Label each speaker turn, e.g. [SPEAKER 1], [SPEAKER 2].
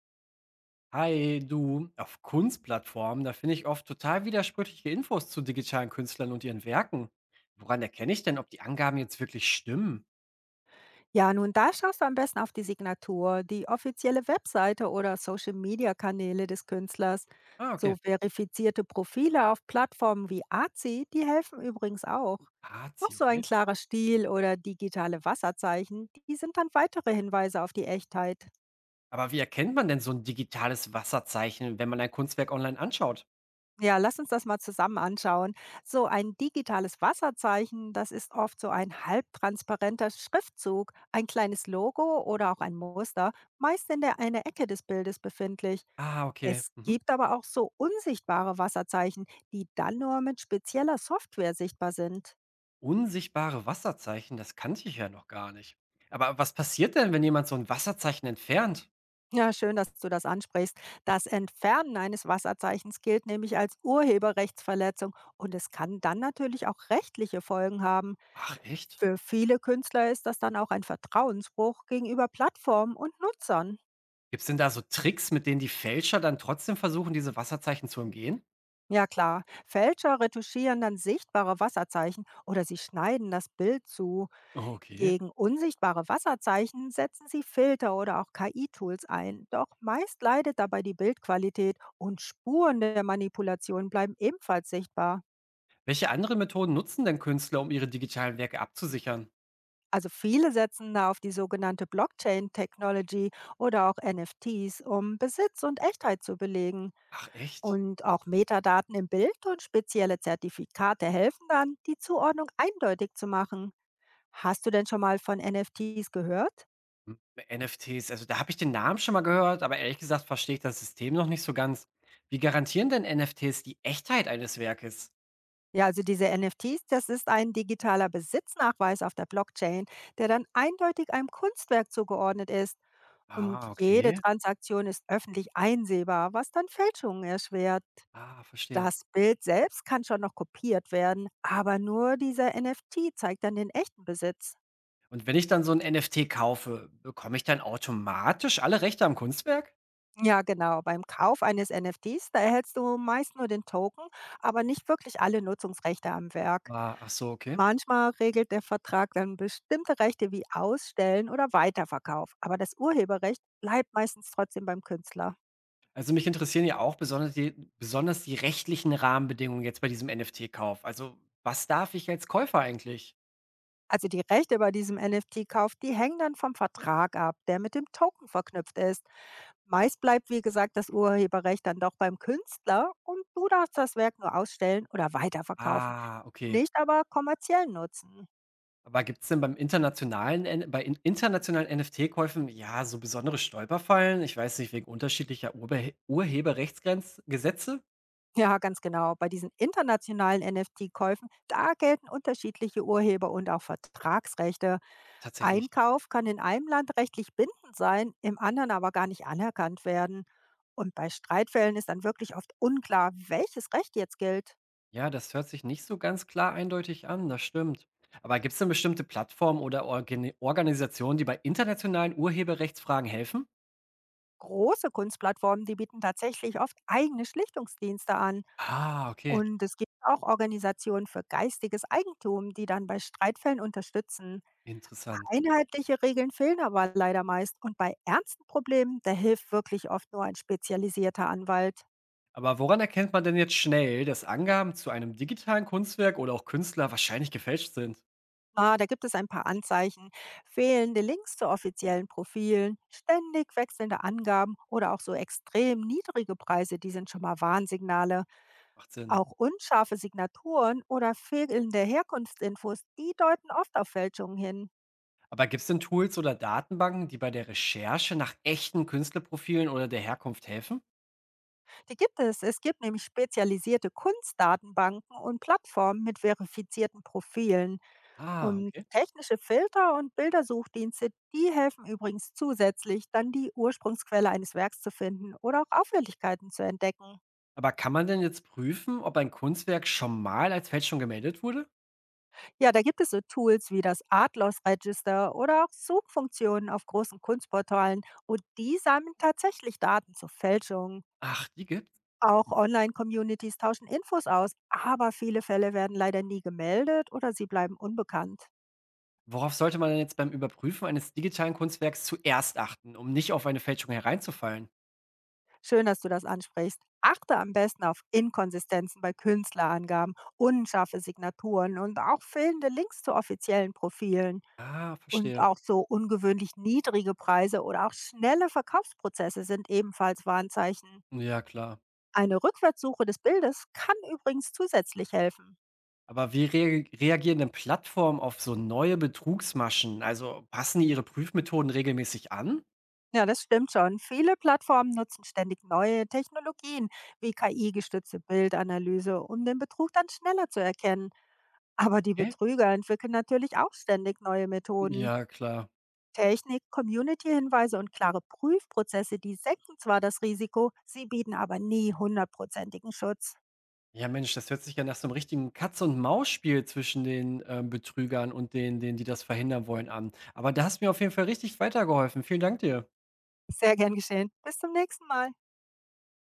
[SPEAKER 1] Hi, du, auf Kunstplattformen, da finde ich oft total widersprüchliche Infos zu digitalen Künstlern und ihren Werken. Woran erkenne ich denn, ob die Angaben jetzt wirklich stimmen?
[SPEAKER 2] Ja, nun da schaust du am besten auf die Signatur, die offizielle Webseite oder Social-Media-Kanäle des Künstlers.
[SPEAKER 1] Ah,
[SPEAKER 2] So
[SPEAKER 1] okay.
[SPEAKER 2] verifizierte Profile auf Plattformen wie Azi, die helfen übrigens auch. Auch
[SPEAKER 1] Pazi,
[SPEAKER 2] so ein
[SPEAKER 1] okay.
[SPEAKER 2] klarer Stil oder digitale Wasserzeichen, die sind dann weitere Hinweise auf die Echtheit.
[SPEAKER 1] Aber wie erkennt man denn so ein digitales Wasserzeichen, wenn man ein Kunstwerk online anschaut?
[SPEAKER 2] Ja, lass uns das mal zusammen anschauen. So ein digitales Wasserzeichen, das ist oft so ein halbtransparenter Schriftzug, ein kleines Logo oder auch ein Muster, meist in der eine Ecke des Bildes befindlich.
[SPEAKER 1] Ah, okay.
[SPEAKER 2] Es
[SPEAKER 1] Mhm.
[SPEAKER 2] gibt aber auch so unsichtbare Wasserzeichen, die dann nur mit spezieller Software sichtbar sind.
[SPEAKER 1] Unsichtbare Wasserzeichen, das kannte ich ja noch gar nicht. Aber was passiert denn, wenn jemand so ein Wasserzeichen entfernt?
[SPEAKER 2] Ja, schön, dass du das ansprichst. Das Entfernen eines Wasserzeichens gilt nämlich als Urheberrechtsverletzung und es kann dann natürlich auch rechtliche Folgen haben.
[SPEAKER 1] Ach, echt?
[SPEAKER 2] Für viele Künstler ist das dann auch ein Vertrauensbruch gegenüber Plattformen und Nutzern.
[SPEAKER 1] Gibt es denn da so Tricks, mit denen die Fälscher dann trotzdem versuchen, diese Wasserzeichen zu umgehen?
[SPEAKER 2] Ja klar, Fälscher retuschieren dann sichtbare Wasserzeichen oder sie schneiden das Bild zu.
[SPEAKER 1] Okay.
[SPEAKER 2] Gegen unsichtbare Wasserzeichen setzen sie Filter oder auch KI-Tools ein. Doch meist leidet dabei die Bildqualität und Spuren der Manipulation bleiben ebenfalls sichtbar.
[SPEAKER 1] Welche anderen Methoden nutzen denn Künstler, um ihre digitalen Werke abzusichern?
[SPEAKER 2] Also viele setzen da auf die sogenannte Blockchain-Technology oder auch NFTs, um Besitz und Echtheit zu belegen.
[SPEAKER 1] Ach echt?
[SPEAKER 2] Und auch Metadaten im Bild und spezielle Zertifikate helfen dann, die Zuordnung eindeutig zu machen. Hast du denn schon mal von NFTs gehört?
[SPEAKER 1] Hm, NFTs, also da habe ich den Namen schon mal gehört, aber ehrlich gesagt verstehe ich das System noch nicht so ganz. Wie garantieren denn NFTs die Echtheit eines Werkes?
[SPEAKER 2] Ja, also diese NFTs, das ist ein digitaler Besitznachweis auf der Blockchain, der dann eindeutig einem Kunstwerk zugeordnet ist. Und
[SPEAKER 1] Ah,
[SPEAKER 2] jede
[SPEAKER 1] okay.
[SPEAKER 2] Transaktion ist öffentlich einsehbar, was dann Fälschungen erschwert.
[SPEAKER 1] Ah, verstehe.
[SPEAKER 2] Das Bild selbst kann schon noch kopiert werden, aber nur dieser NFT zeigt dann den echten Besitz.
[SPEAKER 1] Und wenn ich dann so ein NFT kaufe, bekomme ich dann automatisch alle Rechte am Kunstwerk?
[SPEAKER 2] Ja, genau. Beim Kauf eines NFTs, da erhältst du meist nur den Token, aber nicht wirklich alle Nutzungsrechte am Werk.
[SPEAKER 1] Ah, ach so, okay.
[SPEAKER 2] Manchmal regelt der Vertrag dann bestimmte Rechte wie Ausstellen oder Weiterverkauf, aber das Urheberrecht bleibt meistens trotzdem beim Künstler.
[SPEAKER 1] Also mich interessieren ja auch besonders die rechtlichen Rahmenbedingungen jetzt bei diesem NFT-Kauf. Also was darf ich als Käufer eigentlich?
[SPEAKER 2] Also die Rechte bei diesem NFT-Kauf, die hängen dann vom Vertrag ab, der mit dem Token verknüpft ist. Meist bleibt, wie gesagt, das Urheberrecht dann doch beim Künstler und du darfst das Werk nur ausstellen oder weiterverkaufen,
[SPEAKER 1] Ah, okay.
[SPEAKER 2] nicht aber kommerziell nutzen.
[SPEAKER 1] Aber gibt es denn beim internationalen N bei in internationalen NFT-Käufen, ja, so besondere Stolperfallen? Ich weiß nicht, wegen unterschiedlicher Urbe Urheberrechtsgrenz.
[SPEAKER 2] Ja, ganz genau. Bei diesen internationalen NFT-Käufen, da gelten unterschiedliche Urheber- und auch Vertragsrechte.
[SPEAKER 1] Tatsächlich.
[SPEAKER 2] Einkauf kann in einem Land rechtlich bindend sein, im anderen aber gar nicht anerkannt werden. Und bei Streitfällen ist dann wirklich oft unklar, welches Recht jetzt gilt.
[SPEAKER 1] Ja, das hört sich nicht so ganz klar eindeutig an, das stimmt. Aber gibt es denn bestimmte Plattformen oder Organisationen, die bei internationalen Urheberrechtsfragen helfen?
[SPEAKER 2] Große Kunstplattformen, die bieten tatsächlich oft eigene Schlichtungsdienste an.
[SPEAKER 1] Ah, okay,
[SPEAKER 2] Und es gibt auch Organisationen für geistiges Eigentum, die dann bei Streitfällen unterstützen.
[SPEAKER 1] interessant.
[SPEAKER 2] Einheitliche Regeln fehlen aber leider meist. Und bei ernsten Problemen, da hilft wirklich oft nur ein spezialisierter Anwalt.
[SPEAKER 1] Aber woran erkennt man denn jetzt schnell, dass Angaben zu einem digitalen Kunstwerk oder auch Künstler wahrscheinlich gefälscht sind?
[SPEAKER 2] Ah, da gibt es ein paar Anzeichen. Fehlende Links zu offiziellen Profilen, ständig wechselnde Angaben oder auch so extrem niedrige Preise, die sind schon mal Warnsignale.
[SPEAKER 1] Macht Sinn.
[SPEAKER 2] Auch unscharfe Signaturen oder fehlende Herkunftsinfos, die deuten oft auf Fälschungen hin.
[SPEAKER 1] Aber gibt es denn Tools oder Datenbanken, die bei der Recherche nach echten Künstlerprofilen oder der Herkunft helfen?
[SPEAKER 2] Die gibt es. Es gibt nämlich spezialisierte Kunstdatenbanken und Plattformen mit verifizierten Profilen.
[SPEAKER 1] Ah,
[SPEAKER 2] Und
[SPEAKER 1] okay.
[SPEAKER 2] technische Filter und Bildersuchdienste, die helfen übrigens zusätzlich, dann die Ursprungsquelle eines Werks zu finden oder auch Auffälligkeiten zu entdecken.
[SPEAKER 1] Aber kann man denn jetzt prüfen, ob ein Kunstwerk schon mal als Fälschung gemeldet wurde?
[SPEAKER 2] Ja, da gibt es so Tools wie das Art Loss Register oder auch Suchfunktionen auf großen Kunstportalen und die sammeln tatsächlich Daten zu Fälschungen.
[SPEAKER 1] Ach, die gibt's.
[SPEAKER 2] Auch Online-Communities tauschen Infos aus, aber viele Fälle werden leider nie gemeldet oder sie bleiben unbekannt.
[SPEAKER 1] Worauf sollte man denn jetzt beim Überprüfen eines digitalen Kunstwerks zuerst achten, um nicht auf eine Fälschung hereinzufallen?
[SPEAKER 2] Schön, dass du das ansprichst. Achte am besten auf Inkonsistenzen bei Künstlerangaben, unscharfe Signaturen und auch fehlende Links zu offiziellen Profilen.
[SPEAKER 1] Ah,
[SPEAKER 2] Und
[SPEAKER 1] verstehe.
[SPEAKER 2] auch so ungewöhnlich niedrige Preise oder auch schnelle Verkaufsprozesse sind ebenfalls Warnzeichen.
[SPEAKER 1] Ja, klar.
[SPEAKER 2] Eine Rückwärtssuche des Bildes kann übrigens zusätzlich helfen.
[SPEAKER 1] Aber wie reagieren denn Plattformen auf so neue Betrugsmaschen? Also passen die ihre Prüfmethoden regelmäßig an?
[SPEAKER 2] Ja, das stimmt schon. Viele Plattformen nutzen ständig neue Technologien wie KI-gestützte Bildanalyse, um den Betrug dann schneller zu erkennen. Aber die
[SPEAKER 1] Okay.
[SPEAKER 2] Betrüger entwickeln natürlich auch ständig neue Methoden.
[SPEAKER 1] Ja, klar.
[SPEAKER 2] Technik, Community-Hinweise und klare Prüfprozesse, die senken zwar das Risiko, sie bieten aber nie hundertprozentigen Schutz.
[SPEAKER 1] Ja, Mensch, das hört sich ja nach so einem richtigen Katz-und-Maus-Spiel zwischen den, Betrügern und denen, die das verhindern wollen, an. Aber da hast du mir auf jeden Fall richtig weitergeholfen. Vielen Dank dir.
[SPEAKER 2] Sehr gern geschehen. Bis zum nächsten Mal.